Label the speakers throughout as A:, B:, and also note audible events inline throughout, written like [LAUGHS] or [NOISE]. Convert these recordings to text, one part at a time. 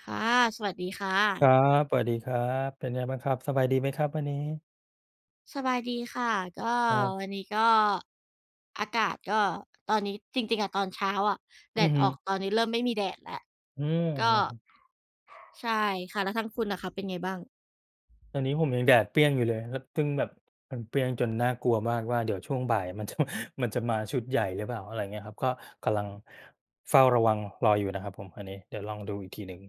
A: ค่ะสวัสดีค่ะ
B: ครับสวัสดีครับเป็นไงบ้างครับสบายดีไหมครับวันนี้
A: สบายดีค่ะก็
B: ครั
A: วั
B: บ
A: นนี้ก็อากาศก็ตอนนี้จริงๆอะตอนเช้าอะแด
B: อือ
A: ด
B: ฮึ
A: ออกตอนนี้เริ่มไม่มีแดดแล้ว
B: อืม
A: ก็
B: เหรอครับ
A: ใช่ค่ะแล้วทางคุณน่ะคะเป็นไงบ้าง
B: ตอนนี้ผมยังแดดเปรี้ยงอยู่เลยแล้วซึ่งแบบมันเปรี้ยงจนน่ากลัวมากว่าเดี๋ยวช่วงบ่ายมันจะ [LAUGHS] มันจะมาชุดใหญ่หรือเปล่าอะไรเงี้ยครับก็กำลังเฝ้าระวังรออยู่นะครับผมอันนี้เดี๋ยวลองดูอีกทีหนึ่ง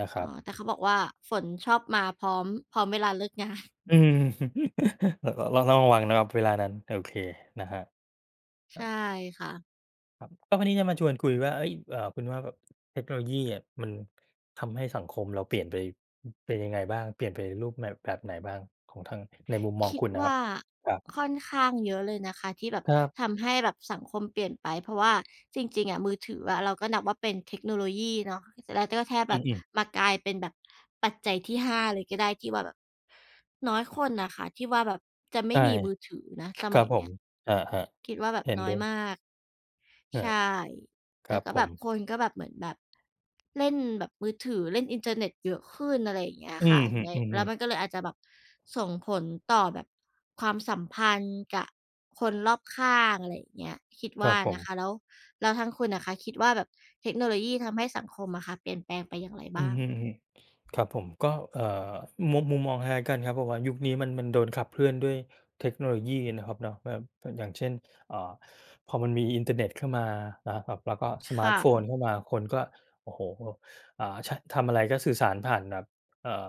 B: นะค
A: อ๋อ
B: รับ
A: แต่เขาบอกว่าฝนชอบมาพร้อมพร้อมเวลาเลิกงาน
B: อืม [LAUGHS] เราต้องระวังนะครับเวลานั้นโอเคนะครับ
A: [LAUGHS] ใช่ค่ะ
B: ครับก็วันนี้จะมาชวนคุยว่าเอ้ยคุณว่าแบบเทคโนโลยีอะมันทำให้สังคมเราเปลี่ยนไปเป็นยังไงบ้างเปลี่ยนไปรูปแบบแบบไหนบ้างของทางในมุมมอง
A: คิด
B: คุณนะครับ
A: ว่า
B: ครับ
A: ค่อนข้างเยอะเลยนะคะที่แบบ
B: ครับ
A: ทำให้แบบสังคมเปลี่ยนไปเพราะว่าจริงๆอะมือถืออะเราก็นับว่าเป็นเทคโนโลยีเนาะแล้วก็แค่
B: อื
A: แบบ
B: มๆ
A: มากลายเป็นแบบปัจจัยที่5เลยก็ได้ที่ว่าแบบน้อยคนน่ะค่ะที่ว่าแบบจะไม่
B: ใช่
A: มีมือถือนะส
B: ครั
A: มัย
B: บผ
A: เนี้
B: ม
A: ย
B: อา
A: คิดว่าแบ
B: ๆ
A: บ
B: เห็น
A: น้อ
B: ด้
A: ย
B: วย
A: มาก
B: อา
A: ใช่
B: ค
A: แล้
B: รั
A: ว
B: บ
A: ก็
B: ผ
A: แบ
B: ม
A: บคนก็แบบเหมือนแบบเล่นแบบมือถือเล่นอินเทอร์เน็ตเยอะขึ้นอะไรอย่างเงี้ย
B: อื
A: ค่ะ
B: อฮึ
A: ในแล้วมันก็
B: ๆ
A: เลยอาจจะแบบส่งผลต่อแบบความสัมพันธ์กับคนรอบข้างอะไรอย่างเงี้ยคิด
B: ครั
A: ว่า
B: บผม
A: นะคะแล้วแล้วทางคุณน่ะคะคิดว่าแบบเทคโนโลยีทำให้สังคมอะค่ะเปลี่ยนแปลงไปอย่างไร
B: อืม
A: บ้าง
B: อืมอืมครับผมก็เอ่อมุมมองคล้กันครับแาะว่ายุคนี้มันโดนขับเคลื่อนด้วยเทคโนโลยีนะครับเนาะแบบอย่างเช่นเอ่อพอมันมีอินเทอร์เน็ตเข้ามานะครับแล้วก็สมาร์ท
A: ค่ะ
B: โฟนเข้ามาคนก็โอ้โหใชทำอะไรก็สื่อสารผ่านแบบเอ่อ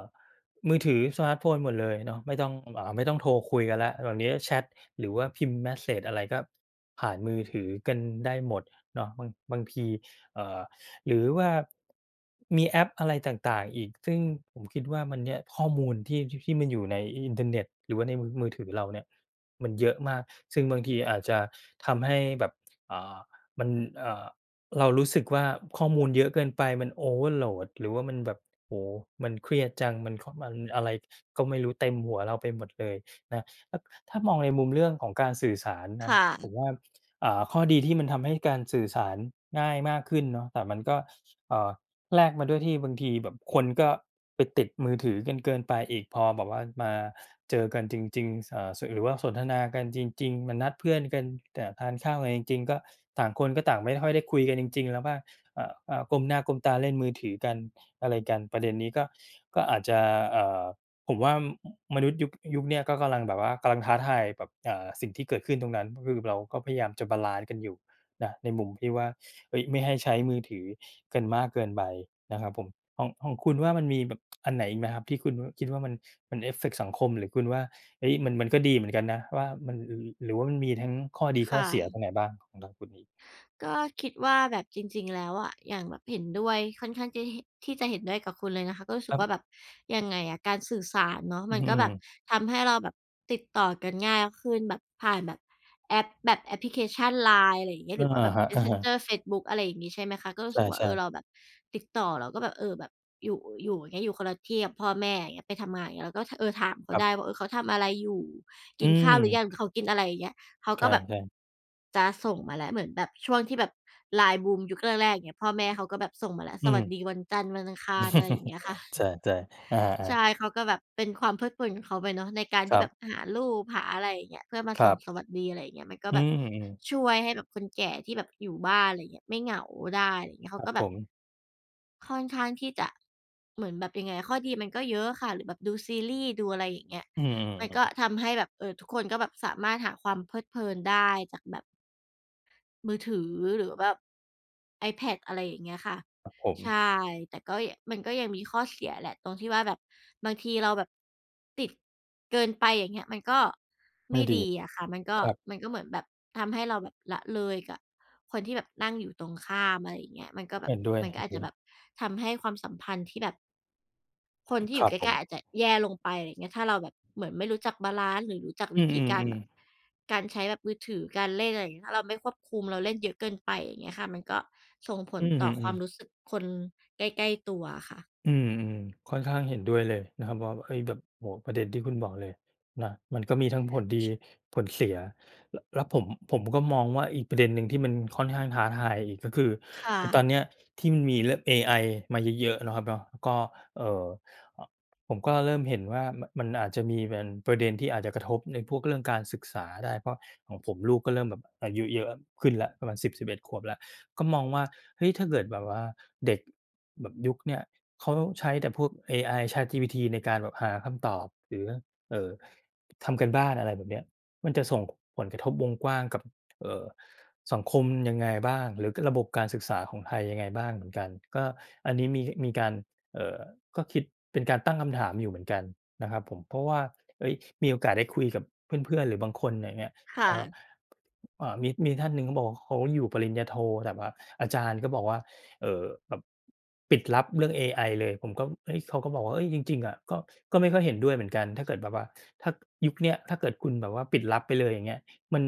B: มือถือสมาร์ทโฟนหมดเลยเนาะไม่ต้องไม่ต้องโทรคุยกันละตอนนี้แชทหรือว่าพิมพ์เมสเซจอะไรก็ผ่านมือถือกันได้หมดเนาะบางที หรือว่ามีแอปอะไรต่างๆอีกซึ่งผมคิดว่ามันเนี่ยข้อมูลที่มันอยู่ในอินเทอร์เน็ตหรือว่าในมือถือเราเนี่ยมันเยอะมากซึ่งบางทีอาจจะทำให้แบบอ่ามันเอ่าเรารู้สึกว่าข้อมูลเยอะเกินไปมัน Overload หรือว่ามันแบบโอ้โฮมันเครียดจังมันขมันอะไรก็ไม่รู้เต็มหัวเราไปหมดเลยนะถ้าถ้ามองในมุมเรื่องของการสื่อสารนะ
A: ค่ะ
B: ผมว่า ข้อดีที่มันทำให้การสื่อสารง่ายมากขึ้นเนาะแต่มันก็เอ่อแลกมาด้วยที่บางทีแบบคนก็ไปติดมือถือกันเกินไปอีกพอแบบว่ามาเจอกันจริงๆสหรือว่าสนทนากันจริงๆมานัดเพื่อนกันแต่ทานข้าวกันจริงๆก็ต่างคนก็ต่างไม่ค่อยได้คุยกันจริงๆแล้วบ้างก้มหน้าก้มตาเล่นมือถือกันอะไรกันประเด็นนี้ก็อาจจะเอ่อ ผมว่ามนุษย์ยุคเนี้ยก็กำลังแบบว่ากำลังท้าทายแบบสิ่งที่เกิดขึ้นตรงนั้นก็คือเราก็พยายามจะบาลานซ์กันอยู่นะในมุมที่ว่าเฮ้ยไม่ให้ใช้มือถือกันมากเกินไปนะครับผมของคุณว่ามันมีแบบอันไหนอีกไหมครับที่คุณคิดว่ามันเอฟเฟกต์สังคมหรือคุณว่าเฮ้ยมันก็ดีเหมือนกันนะว่ามันหรือว่ามันมีทั้งข้อดีข้อเสียตร
A: ค่ะ
B: งไหนบ้างของทางคุณนี้
A: ก็คิดว่าแบบจริงๆแล้วอะอย่างแบบเห็นด้วยค่อนข้างจะเหนที่จะเห็นด้วยกับคุณเลยนะคะก็รู้
B: ค
A: สึก
B: รั
A: ว่าแบบ
B: บ
A: ยังไงอะการสื่อสารเนาะ
B: อื
A: มันก็แบ
B: ม
A: บ
B: ๆ
A: ทำให้เราแบบติดต่อกันง่ายขึ้นแบบผ่านแบบแอปแบบแอปพลิเคชัน LINE อะไรอย่างเงี้ย
B: อา
A: หรือว่าแบบ
B: ครับอะฮะ
A: Messenger เฟซบุ๊กอะไรอย่างงี้ใช่ไหมคะก็
B: ใ
A: รู้สึกว่าเอ
B: ช่
A: อเรา
B: ๆ
A: แบบติดต่อเราก็แบบเออแบบอยู่อยู่อย่างเงี้ยอยู่คนละที่กับพ่อแม่อย่างเงี้ยไปทำงานอย่างเงี้ยเราก็เออถาม
B: ค
A: เขา
B: รั
A: ได้
B: บ
A: ว่าเออเขาทำอะไรอยู่
B: อื
A: กินข้า
B: ม
A: วหรือยังเขากินอะไรอย่างเงี้ย เขาก็
B: ใช่
A: แบบ
B: ๆ
A: จะส่งมาแล้วเหมือนแบบช่วงที่แบบ LINE บูมยุคแรกๆอย่างเงี้ยพ่อแม่เขาก็แบบส่งมาแล้ว
B: อื
A: ส
B: ม
A: วัสดีวันจันทร์วันอังคารอะไรอย่างเงี้ย
B: [LAUGHS] ใช
A: ค่ะ
B: ่ๆอา
A: ใช่
B: ๆ
A: เขาก็แบบเป็นความเพลิดเพลินของเขาไปเนาะในการ
B: ค
A: ที่
B: รั
A: แบบ
B: บ
A: หารูปหาอะไรอย่างเงี้ยเพื่อมา
B: ค
A: ส่
B: รั
A: งส
B: บ
A: วัสดีอะไรอย่างเงี้ยมันก็
B: อื
A: แบบ
B: ม อืม
A: ช่วยให้แบบคนแก่ที่แบบอยู่บ้านอะไรอย่างเงี้ยไม่เหงาได้อะไรอย่างเงี้ย
B: ค
A: เขา
B: รับ
A: ก็
B: ผ
A: แบบ
B: ม
A: ค่อนข้างที่จะเหมือนแบบยังไงข้อดีมันก็เยอะค่ะหรือแบบดูซีรีส์ดูอะไรอย่างเงี้ย
B: อืมอืม
A: มัน
B: อื
A: ก็
B: ม
A: ทำให้แบบทุกคนก็แบบสามารถหาความเพลิดเพลินได้จากแบบ มือถือหรือแบบ iPad อะไรอย่างเงี้ยค่ะ
B: ครับผม
A: ใช่แต่ก็ยมันก็ยังมีข้อเสียแหละตรงที่ว่าแบบบางทีเราแบบติดเกินไปอย่างเงี้ยมันก็
B: ไม่
A: ไม่
B: ดี
A: ดีอะค่ะมันก็
B: ครับ
A: มันก็เหมือนแบบทำให้เราแบบละเลยกับคนที่แบบนั่งอยู่ตรงข้ามอะไรอย่างเงี้ยมันก็แบบ
B: เห็นด้วย
A: มันก็อาจจะแบบทำให้ความสัมพันธ์ที่แบบ คนที่
B: ๆค
A: อ
B: รั
A: ยู่
B: บ
A: ใก
B: ผม
A: ล้ๆอาจจะแย่ลงไปอะไรเงี้ยถ้าเราแบบเหมือนไม่รู้จักบาลานซ์หรือรู้จัก
B: อื
A: วิธีการ
B: ม
A: แบบ
B: ๆๆ
A: การใช้แบบมือถือการเล่นอะไรอย่างเงี้ยถ้าเราไม่ควบคุมเราเล่นเยอะเกินไปอย่างเงี้ยค่ะมันก็ส่งผ
B: อื
A: ลต่อควา
B: ม
A: มรู้
B: ๆๆ
A: สึกคนใกล้ๆตัวอะค่ะ
B: อืมอืมค่อนข้างเห็นด้วยเลยนะครับว่าไอ้ยแบบโอ้ประเด็นที่คุณบอกเลยนะมันก็มีทั้งผลดี
A: ช
B: ผลเสียแลวแล้วผมก็มองว่าอีกประเด็นหนึ่งที่มันค่อนข้างท้าทายอีกก็คือ
A: ค่ะ
B: ไอ้ตอนเนี้ยที่มันมีเรื่องเอไอมาเยอะๆนะครับเนาะก็เออเอ่อผมก็เริ่มเห็นว่ามันอาจจะมีเป็นประเด็นที่อาจจะกระทบในพวกเรื่องการศึกษาได้เพราะของผมลูกก็เริ่มแบบอายุเยอะขึ้นละประมาณ10-11 ขวบละก็มองว่าเฮ้ยถ้าเกิดแบบว่าเด็กแบบยุคเนี้ย เขาใช้แต่พวกเอไอ ChatGPT ในการแบบหาคำตอบหรือเอ่อทำการบ้านอะไรแบบเนี้ยมันจะส่งผลกระทบวงกว้างกับเอ่อสังคมยังไงบ้างหรือระบบการศึกษาของไทยยังไงบ้างเหมือนกันก็อันนี้มีการเอ่อก็คิดเป็นการตั้งคำถามอยู่เหมือนกันนะครับผมเพราะว่าเฮ้ยมีโอกาสได้คุยกับเพื่อนๆหรือบางคนอย่างเงี้ยพ
A: ค่ะ
B: อมีท่านหนึ่งเขาบอกว่าเขาอยู่ปริญญาโทแต่ว่าอาจารย์ก็บอกว่า เอ่อแบบปิดลับเรื่องเอไอเลยผมก็เฮ้ยเขาก็บอกว่าเฮ้ยจริงๆอะก็ไม่ค่อยเห็นด้วยเหมือนกันถ้าเกิดแบบว่าถ้ายุคเนี้ยถ้าเกิดคุณแบบว่าปิดลับไปเลยอย่างเงี้ยมัน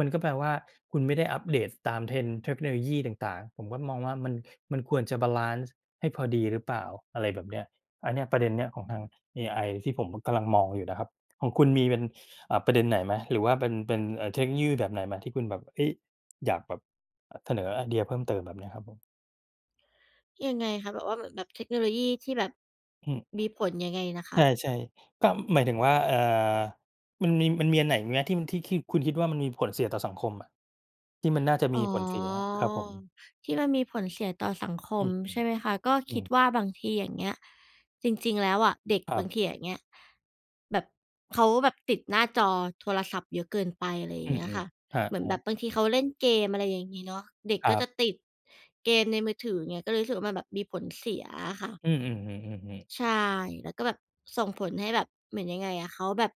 B: มันก็แปลว่าคุณไม่ได้อัปเดตตาม Trend เทคโนโลยีต่างๆผมก็มองว่ามันควรจะบาลันซ์ให้พอดีหรือเปล่าอะไรแบบเนี้ยอันเนี้ยประเด็นเนี้ยของทางเอไอที่ผมกำลังมองอยู่นะครับของคุณมีเป็นอ่าประเด็นไหนไหมหรือว่าเป็นเทคโนโลยีแบบไหมที่คุณแบบเฮ้ยอยากแบบเสนอไอเดียเพิ่มเติมแบบเนี้ยครับผ
A: ยังไงคะแบบว่าเหมือนแบบเทคโนโลยีที่แบบ
B: ม
A: มีผลยังไงนะ
B: ใ
A: คะ
B: ช่ๆก็หมายถึงว่ามันมีอันไหนไหมที่คุณคิดว่ามันมีผลเสียต่อสังคมอะที่มันน่าจะ
A: อ๋
B: มี
A: อ
B: ผลเสียครับผม
A: ที่มันมีผลเสียต่อสังค
B: อื
A: ม
B: ม
A: ใช่ไหมคะก็
B: อื
A: คิ
B: ม
A: ดว่าบางทีอย่างเงี้ยจริงๆแล้วอะเด็ก
B: ครั
A: บางที
B: บ
A: อย่างเงี้ยแบบเขาแบบติดหน้าจอโทรศัพท์เยอะเกินไปอะไรอ
B: อื
A: ย่างเงี้ย
B: ม
A: ค่ะ
B: ๆครั
A: เหมือนแบบ
B: บ
A: บางทีเขาเล่นเกมอะไรอย่างงี้เนาะเด็ก
B: ๆค
A: ก็
B: รั
A: จะ
B: บ
A: ติดเกมในมือถืออย่างเงี้ยก็เลยรู้สึกว่ามันแบบมีผลเสียอะค่ะ
B: อืมๆๆๆๆ
A: ใช่ แล้วก็แบบส่งผลให้แบบเหมือนยังไงอะเขาแบบ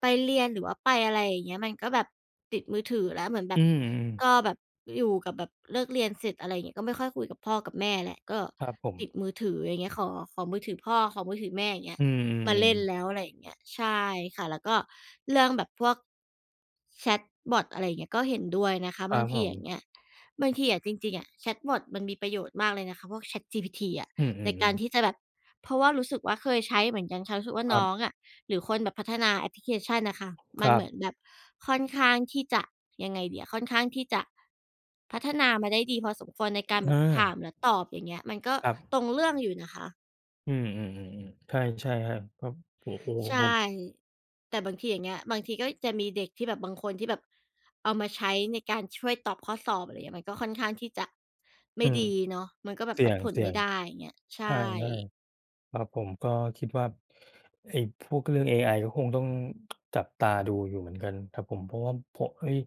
A: ไปเรียนหรือว่าไปอะไรอย่างเงี้ยมันก็แบบติดมือถือแล้วเหมือนแบ
B: อื
A: บ
B: ม
A: ก็
B: ๆ
A: แบบอยู่กับแบบเลิกเรียนเสร็จอะไรอย่างเงี้ยก็ไม่ค่อยคุยกับพ่อกับแม่แหละก็
B: ครับผ
A: ติด
B: ม
A: มือถืออย่างเงี้ยขอขอมือถือพ่อขอมือถือแม่อย่างเงี้ย
B: อื
A: มาเล่
B: ม
A: นแล้
B: ๆๆ
A: วอะไรอย่างเงี้ยใช่ค่ะแล้วก็เรื่องแบบพวกแชตบอตอะไรอย่างเงี้ยก็เห็นด้วยนะคะ
B: ครั
A: บาง
B: บผ
A: ทีอย่างเงี้
B: ม
A: ยบางทีอะจริงๆอะแชตบอตมันมีประโยชน์มากเลยนะคะพวก ChatGPT อะ
B: อื
A: ในกา
B: ม
A: รที่
B: ๆๆ
A: จะแบบเพราะว่ารู้สึกว่าเคยใช้เหมือนกันค่ะรู้สึกว่า
B: ครั
A: น้อง
B: บ
A: อะหรือคนแบบพัฒนาแอปพลิเคชันน่ะค่ะ
B: ค
A: มัน
B: รั
A: เห
B: บ
A: มือนแบบค่อนข้างที่จะยังไงดีอะค่อนข้างที่จะพัฒนามาได้ดีพอสมควรในการแบบถา
B: อา
A: มและตอบอย่างเงี้ยมันก็
B: ครับ
A: ตรงเรื่องอยู่นะคะ
B: อืมๆๆๆใช่ๆครับครับโอ้โฮ
A: ใช่
B: ผม
A: แต่บางทีอย่างเงี้ยบางทีก็จะมีเด็กที่แบบบางคนที่แบบเอามาใช้ในการช่วยตอบข้อสอบอะไรอย่างเงี้ยมันก็ค่อนข้างที่จะ
B: อื
A: ไม่
B: ม
A: ดีเนาะมันก็แบบ
B: เสี
A: วัดผล
B: ่ย
A: ไม่
B: ง
A: ได้อย่างเงี้ย
B: ๆ
A: ใช่
B: ใช่ๆ ครับผมก็คิดว่าไอ้พวกเรื่องเอไอก็คงต้องจับตาดูอยู่เหมือนกันครับผมเพราะว่าโพเฮ้ย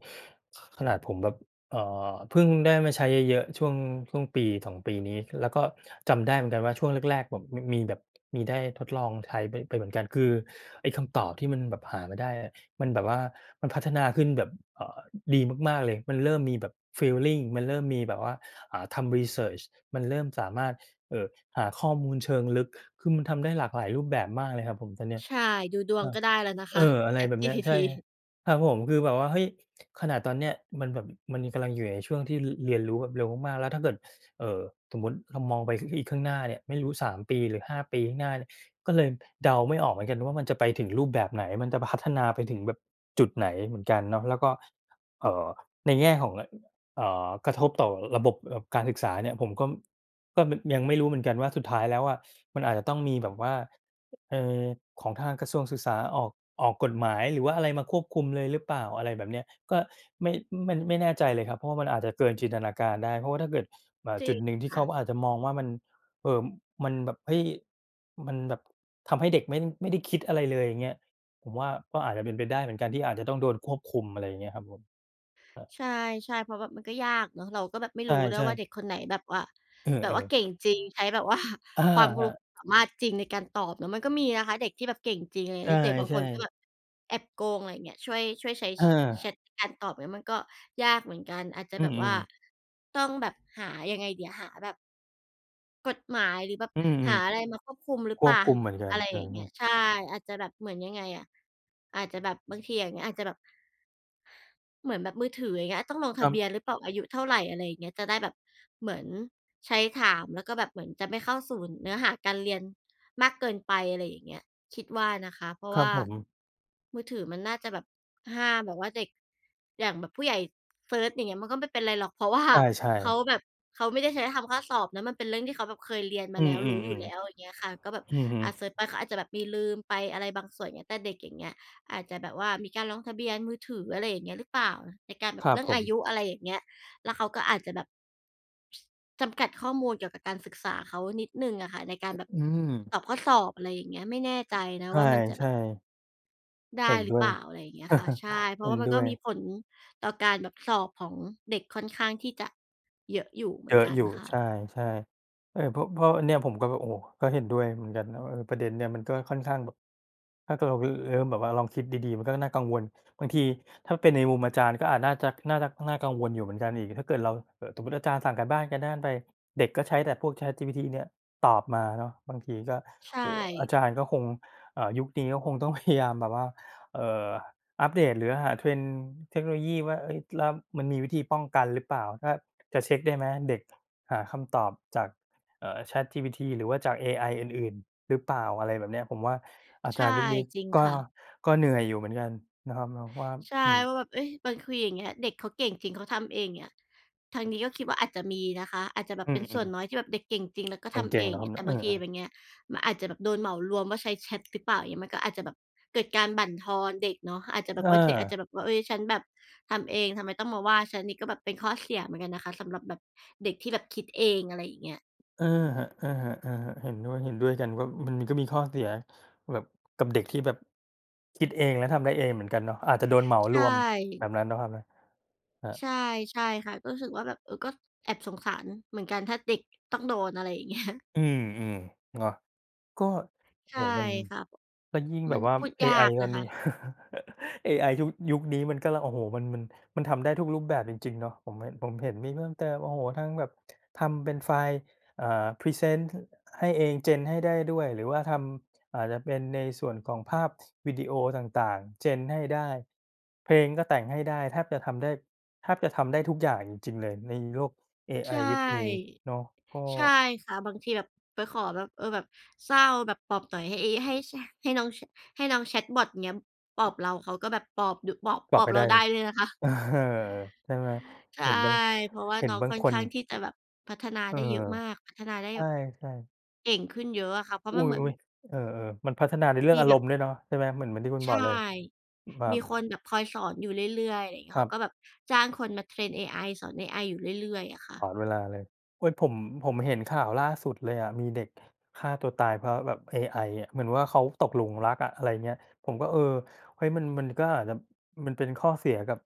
B: ขนาดผมแบบเอ่อเพิ่งได้มาใช้เยอะๆช่วงปีสอ2ปีนี้แล้วก็จำได้เหมือนกันว่าช่วงแรกๆแบบมีแบบมีได้ทดลองใช้ไปเหมือนกันคือไอ้คำตอบที่มันแบบหามาได้อะมันแบบว่ามันพัฒนาขึ้นแบบเอ่อดีมากๆเลยมันเริ่มมีแบบฟีลลิงมันเริ่มมีแบบว่าอ่าทำรีเสิร์ชมันเริ่มสามารถ เอ่อหาข้อมูลเชิงลึกคือมันทำได้หลากหลายรูปแบบมากเลยครับผมตอนเนี้ย
A: ใช่ดูดวง
B: อา
A: ก็ได้แล้วนะ
B: เอ
A: คะ
B: ออะ
A: [LAUGHS]
B: ไรแบบเนี้ย
A: ChatGPT
B: ใช่ครับผมคือแบบว่าเฮ้ยขนาดตอนเนี้ยมันแบบมันกำลังอยู่ในช่วงที่รเรียนรู้แบบเร็วมากๆแล้วถ้าเกิดเอ่อสมมุติเรามองไปอีกข้างหน้าเนี่ยไม่รู้3ปีหรือ5ปีข้างหน้าเนี่ยก็เลยเดาไม่ออกเหมือนกันว่ามันจะไปถึงรูปแบบไหนมันจะพัฒนาไปถึงแบบจุดไหนเหมือนกันเนาะแล้วก็เอ่อในแง่ของอกระทบต่อระบบการศึกษาเนี่ยผมก็ก็มยังไม่รู้เหมือนกันว่าสุดท้ายแล้วอะมันอาจจะต้องมีแบบว่า เอ่อของทางกระทรวงศึกษาออกกฎหมายหรือว่าอะไรมาควบคุมเลยหรือเปล่าอะไรแบบเนี้ยก็ไม่มันไม่แน่ใจเลยครับเพราะว่ามันอาจจะเกินจินตนาการได้เพราะว่าถ้าเกิดอ่า
A: จริ
B: จุด
A: ง
B: หนึ่งที่
A: ค่ะ
B: เขาอาจจะมองว่ามันเอ่อมันแบบเฮ้ยมันแบบทำให้เด็กไม่ได้คิดอะไรเลยอย่างเงี้ยผมว่าก็อาจจะเป็นไปได้เหมือนกันที่อาจจะต้องโดนควบคุมอะไรอย่างเงี้ยครับผมครับ
A: ใช่ๆเพราะแบบมันก็ยากเนาะเราก็แบบไม่
B: ใ
A: รู้ด้วย
B: ช่
A: ว่าเด็ก
B: ๆ
A: คนไหนแบบว่า
B: เอ
A: แบบ
B: อ
A: ว่าเก่
B: ๆ
A: งจริงใช้แบบว่า
B: อา
A: [LAUGHS] ความ
B: ครั
A: รู้
B: บ
A: สามารถจริงในการตอบเนาะมันก็มีนะคะเด็กที่แบบเก่งจริงอะไรอย่าง
B: ใช
A: เงี้ยเด็กบางค
B: ่
A: นก็แบบ
B: ๆ
A: แอบโกงอะไรอย่างเงี้ยช่วยใช้
B: เออ
A: ชแชตในการตอบเงี้ยมันก็ยากเหมือนกันอาจจะ
B: อื
A: แบบ
B: ม
A: ว่า
B: ๆ
A: ต้องแบบหายังไงดีอะหาแบบ กฎหมายหรือแบบ
B: อืม
A: หาอะไรมาควบคุมหรื
B: ๆค
A: อเป
B: วบ
A: ล่า
B: คุมเหมือนกัน
A: อะไร
B: ใช
A: อย่างเงี้
B: ่
A: ยใช่
B: ๆ
A: อาจจะแบบเหมือนยังไงอะอาจจะแบบบางทีอย่างเงี้ยอาจจะแบบ เหมือนแบบมือถืออย่างเงี้ยต้องลง
B: ครั
A: ทะเบียนห
B: บ
A: รือเปล่าอายุเท่าไรอะไรอย่างเงี้ยจะได้แบบเหมือนใช้ถามแล้วก็แบบเหมือนจะไม่เข้าสู่เนื้อหาการเรียนมากเกินไปอะไรอย่างเงี้ยคิดว่านะคะเพราะ
B: ครับ
A: ว่า
B: ผม
A: มือถือมันน่าจะแบบห้ามแบบว่าเด็กอย่างแบบผู้ใหญ่เซิร์ชอย่างเงี้ยมันก็ไม่เป็นไรหรอกเพราะว่า
B: ใช่
A: เขาแบ
B: ๆ
A: บเขาไม่ได้ใช้ทำข้อสอบนะมันเป็นเรื่องที่เขาแบบเคยเรียนมา
B: อือ
A: แล้วรู้อยู่แล้ว
B: ๆ
A: อย่างเงี้ยค่ะก็แบบ
B: ๆอือฮึ
A: อาเซิร์ชไปเขาอาจจะแบบมีลืมไปอะไรบางส่วนอย่างเงี้ยแต่เด็กอย่างเงี้ย อาจจะแบบว่ามีการลงทะเบียนมือถืออะไรอย่างเงี้ยหรือเปล่าในการแบ
B: ค
A: บ
B: รับ
A: เรื่อง
B: ผม
A: อายุอะไรอย่างเงี้ยแล้วเขาก็อาจจะแบบจำกัดข้อมูลเกี่ยวกับการศึกษาเขานิดหนึ่งอะค่ะในการแบบ
B: อืม
A: ตอบข้อสอบอะไรอย่างเงี้ยไม่แน่ใจนะ
B: ใ
A: ว่ามันจะแบบ
B: ช่ๆ
A: ได้
B: เห็น
A: หรือ
B: ด้ว
A: เป
B: ย
A: ล่าอะไรอย่างเงี้ยค่ะใช่เพ
B: [LAUGHS]
A: ราะ
B: เห็น
A: ว่ามัน
B: ด้
A: ก็
B: วย
A: มีผลต่อการแบบสอบของเด็กค่อนข้างที่จะเยอะอยู่เห
B: เย
A: มือน
B: อะ
A: กัน
B: อยู่
A: ค่ะ
B: ใช่ๆเออเพราะอันเนี้ยผมก็แบบโอ้โฮก็เห็นด้วยเหมือนกันนะว่าเออประเด็นเนี่ยมันก็ค่อนข้างแบบถ้าเกิดเรารเริ่มแบบว่าลองคิดดีๆมันก็น่ากังวลบางทีถ้าเป็นในมุมอาจารย์ก็อาจน่าจะน่ากังวลอยู่เหมือนกันอีกถ้าเกิดเราสมมุติอาจารย์สั่งการบ้านการด้านไปเด็กก็ใช้แต่พวก ChatGPT เนี่ยตอบมาเนาะบางทีก็
A: ใช่
B: โอ้โฮอาจารย์ก็คงยุคนี้ก็คงต้องพยายามแบบว่าเอ่ออัปเดตหรือหา trend เทคโนโลยีว่าเฮ้ยแล้วมันมีวิธีป้องกันหรือเปล่าถ้า จะเช็คได้ไหมเด็กหาคำตอบจากChatGPT หรือว่าจากเอไออื่นๆหรือเปล่าอะไรแบบเนี้ยผมว่าอาจารย์
A: ใช่
B: ยุคนี้
A: จริง
B: ก็
A: ค่ะ
B: ก็เหนื่อยอยู่เหมือนกันนะครับเนาะว่า
A: ใช่
B: อื
A: ว่า
B: ม
A: แบบเอ้ยมันคืออย่างเงี้ยเด็กเขาเก่งจริงเขาทำเองอย่างเงี้ยทางนี้ก็คิดว่าอาจจะมีนะคะอาจจะแบ
B: อื
A: บเป็นส่
B: ม
A: วนน้อย
B: ๆ
A: ที่แบบเด็กเก่งจริงแล้วก็ทำ
B: เก่
A: เอ
B: ง
A: ง
B: ๆ
A: อ
B: นะ
A: ย่าง
B: ครับ
A: เงี้ยแต่
B: เอ
A: บางที
B: อ
A: แบบ
B: ๆ
A: เงี้ยมันอาจจะแบบโดนเหมารวมว่าใช้แชตหรือเปล่าอย่างเงี้ยมันก็อาจจะแบบเกิดการบั่นทอนเด็กเนาะอาจจะแบ
B: อ
A: บว่าเด็กอาจ
B: า
A: จะแบบว่าเฮ้ยฉันแบบทำเองทำไมต้องมาว่าฉันนี่ก็แบบเป็นข้อเสียเหมือนกันนะคะสำหรับแบบเด็กที่แบบคิดเองอะไรอย่างเงี้ย
B: เออครับอะฮะๆเห็นด้วยเห็นด้วยกันว่ามันก็มีข้อเสียแบบกับเด็กที่แบบคิดเองและทำได้เองเหมือนกันเนาะอาจจะโดนเหมาร
A: ใช่
B: วมแบบนั้นเนาะครับนะครับ
A: ใช่ใช่ค่ะก็รู้สึกว่าแบบเออก็แอบสงสารเหมือนกันถ้าเด็กต้องโดนอะไรอย่างเงี้ย
B: อืมๆเนาะก็
A: [LAUGHS] ใช่
B: โอ้โฮมัน
A: ค่ะ
B: แล้วยิ่งแบ
A: มัน
B: บว่า
A: พูด
B: AI
A: ยาก
B: ตอ
A: นะ
B: น
A: คะ
B: นี้ [LAUGHS] AI ยุคนี้มันก็ละโอ้โหมันมันทำได้ทุกรูปแบบจริงๆเนาะผมเห็นมีเพิ่มเติมโอ้โหทั้งแบบทำเป็นไฟล์เอ่าพรีเซนต์ให้เองเจนให้ได้ด้วยหรือว่าทำอาจจะเป็นในส่วนของภาพวิดีโอต่างๆเจนให้ได้เพลงก็แต่งให้ได้แทบจะทำได้ทุกอย่างจริงๆเลยในโลกเอไอ
A: ใช
B: ยุคนี้
A: ่
B: เนาะก็
A: ใช่ค่ะบางทีแบบไปขอแบบเออแบบเศร้าแบบปลอบหน่อยให้ไอ้ให้ชให้น้องชให้น้องแชตบอตอย่างเงี้ยปลอบเราเขาก็แบบปลอบดุปลอบ
B: ป
A: ป
B: รั
A: ล
B: บ
A: อ
B: ไป
A: บเรา
B: ได้
A: ได้ด้วยนะคะ
B: เออ [LAUGHS] ใช่ไหม
A: ใช่
B: เห็นบาง
A: เพราะว่า
B: เห็น
A: น้อง
B: บาง
A: ค่อน
B: คน
A: ข้างที่จะแบบพัฒนา
B: เอ
A: ได้เยอะมาก
B: อ
A: พัฒนาได้
B: ใ
A: แบบ
B: ช่ๆ
A: เก่งขึ้นเยอะอะค่ะเพราะ
B: อุ
A: มันเหมือน
B: ๊ยๆเออๆมันพัฒนาในเรื่อง
A: มี
B: อา
A: แบ
B: ร
A: บ
B: มณ์ด้วยเนาะใช่ไหมเหมือนที่คุณบอ
A: ใช่
B: กเลยแบ
A: มี
B: บ
A: คนแบบคอยสอนอยู่เรื่อยๆอะไรอย่างเงี้
B: ค
A: ย
B: รั
A: เขาก็แบ
B: บ
A: บจ้างคนมาเทรนเอไอสอนเอไออยู่เรื่อยๆอะค่ะ
B: ตลอดเวลาเลยโอ๊ยผมเห็นข่าวล่าสุดเลยอะมีเด็กฆ่าตัวตายเพราะแบบเอไออะเหมือนว่าเขาตกหลุมรักอะอะไรเงี้ยผมก็เออเฮ้ยมันก็อาจจะมันเป็นข้อเสียกับ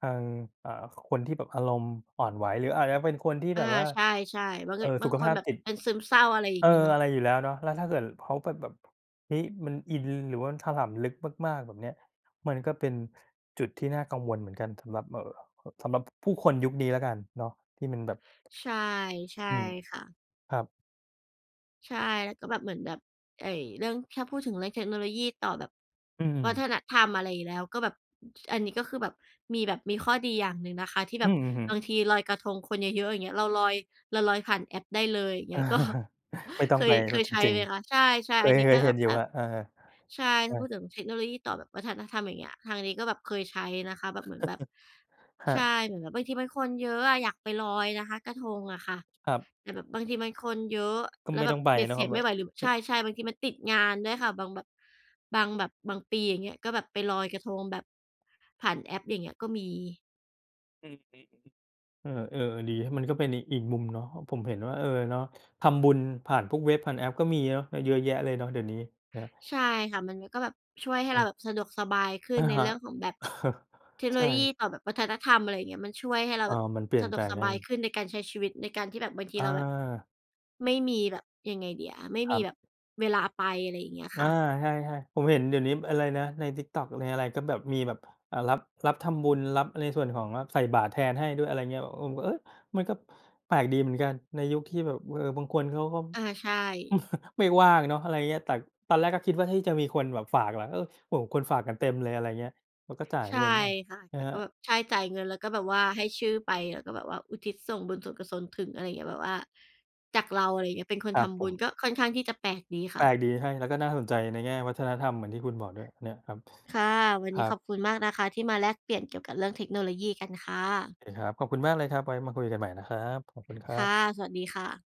B: ทางอ่าคนที่แบบอารมณ์อ่อนไหวหรืออาจจะเป็นคนที่แบ
A: อา
B: บว่า
A: ใช่ๆบางบา
B: สุ
A: ง
B: ข
A: คน
B: ภาพ
A: แบบ
B: จิต
A: เป็นซึมเศร้าอะไรอย่า
B: เอ
A: ง
B: อ
A: งี้เนาะ
B: อะไรอยู่แล้วเนาะแล้วถ้าเกิดเขาแบบเฮ้ยมันอินหรือว่าถลำลึกมากๆแบบเนี้ยมันก็เป็นจุดที่น่ากังวลเหมือนกันสำหรับสำหรับผู้คนยุคนี้แล้วกันเนาะที่มันแบบ
A: ใช่ใช่
B: อืม
A: ค่ะ
B: ครับ
A: ใช่แล้วก็แบบเหมือนแบบไอ้เรื่องถ้าพูดถึงเรื่องเทคโนโลยีต่อแบบ
B: อืม
A: วัฒนธรรมอะไรอยู่แล้วก็แบบอันนี้ก็คือแบบมีแบบมีข้อดีอย่างหนึ่งนะคะที่
B: อื
A: แบบ
B: ม
A: บา
B: ๆ
A: ง
B: ๆ
A: ทีลอยกระทงคนเยอะๆอย่างเงี้ยเราลอยเราลอยผ่านแอปได้เลยอย่างเงี้ยก็
B: [LAUGHS] ไม่ต้
A: [LAUGHS]
B: อ
A: เค
B: งไป
A: ยเค
B: แล้ว
A: ย
B: จ
A: ใช้
B: ริง
A: ไหมคะใช่
B: ๆเค
A: ๆอัน
B: ย
A: นี้
B: เค
A: ก็
B: ยเห็
A: แบ
B: น
A: บ
B: อยู่
A: แอ
B: ค
A: ป
B: รับเออ
A: ใช่
B: ๆเอ
A: ถ้า
B: อ
A: พูดถึงเทคโนโลยีต่อแบบวัฒนธรรมอย่างเงี้ยทางนี้ก็แบบเคยใช้นะคะแบบเหมือนแบบ
B: ครั
A: ใช่
B: บ
A: เหมือนแบบบางทีมันคนเยอะอะอยากไปลอยนะคะกระทงอะค่ะ
B: ครับ
A: แต่แบบบางทีมันคนเยอะ
B: ก็
A: แล้ว
B: ไม่
A: แบ
B: ต้
A: บ
B: องไป
A: เบ็ด
B: เนาะ
A: เส
B: ค
A: ร็
B: รับ
A: จไม่
B: เนาะ
A: ไหวหรือใช่ๆบางทีมันติดงานด้วยค่ะบางแบบบางแบบบางปีอย่างเงี้ยก็แบบไปลอยกระทงแบบผ่านแอปอย่างเงี้ยก็มี
B: ออืมเออๆดีมันก็เป็นอีกมุมเนาะผมเห็นว่าเออเนาะทำบุญผ่านพวกเว็บผ่านแอปก็มีเนาะเยอะแยะเลยเนาะเดี๋ยวนี้เนาะ
A: ใช่ค่ะมันก็แบบช่วยให้เราแบบสะดวกสบายขึ้น
B: อะ
A: ใน
B: ฮะ
A: เรื่องของแบบเทค
B: [LAUGHS]
A: โนโลยีต่
B: ใช่
A: อแบบวัฒนธรรมอะไรอย่างเงี้ยมันช่วยให้เรา
B: เออ
A: แบบ
B: มันเปลี่ยน
A: สะด
B: แป
A: ว
B: ล
A: ก
B: ง
A: ส
B: ได้
A: บายขึ้นในการใช้ชีวิตในการที่แบบบางที
B: อ
A: เราแบบ
B: า
A: ไม่มีแบบยังไงดีอะไม่
B: ค
A: มี
B: รั
A: แบบ
B: บ
A: เวลาไปอะไรอย่างเงี้ย
B: อา
A: ค่ะ
B: ใช่ๆผมเห็นเดี๋ยวนี้อะไรนะใน TikTok ในอะไรก็แบบมีแบบอ่ารับรับทำบุญรับในส่วนของรับใส่บาตรแทนให้ด้วยอะไรเงี้ยผมก็เอ๊ยมันก็แปลกดีเหมือนกันในยุคที่แบบเออบางคนเขาก็
A: อาใช่
B: [LAUGHS] ไม่ว่างเนาะอะไรเงี้ยแต่ตอนแรกก็คิดว่าเฮ้ยจะมีคนแบบฝากเหรอเออโอ้โฮคนฝากกันเต็มเลยอะไรเงี้ยแล้วก็จ่าย
A: ใช่
B: เงินเอา
A: ค่ะ
B: อะ
A: ก็
B: ฮะ
A: ก็แบบใช่จ่ายเงินแล้วก็แบบว่าให้ชื่อไปแล้วก็แบบว่าอุทิศส่งบุญส่วนกุศลถึงอะไรอย่างเงี้ยแบบว่าจากเราอะไรอย่างเงี้ยเป็นค
B: ค
A: น
B: รับ
A: ทำ
B: ผ
A: บุ
B: ม
A: ญก็ค่อนข้างที่จะแปลกดี
B: แปลก
A: ค่ะ
B: ดีใช่แล้วก็น่าสนใจในแง่วัฒนธรรมเหมือนที่คุณบอกด้วยเนี่ยครับ
A: ค่ะวัน
B: ค
A: นี้
B: รับ
A: ขอบคุณมากนะคะที่มาแลกเปลี่ยนเกี่ยวกับเรื่องเทคโนโลยีกันค่ะ
B: โอเคครับ ขอบคุณมากเลยครับไว้มาคุยกันใหม่นะครับ ขอบคุณครั
A: ค่ะ
B: บ
A: สวัสดีค่ะ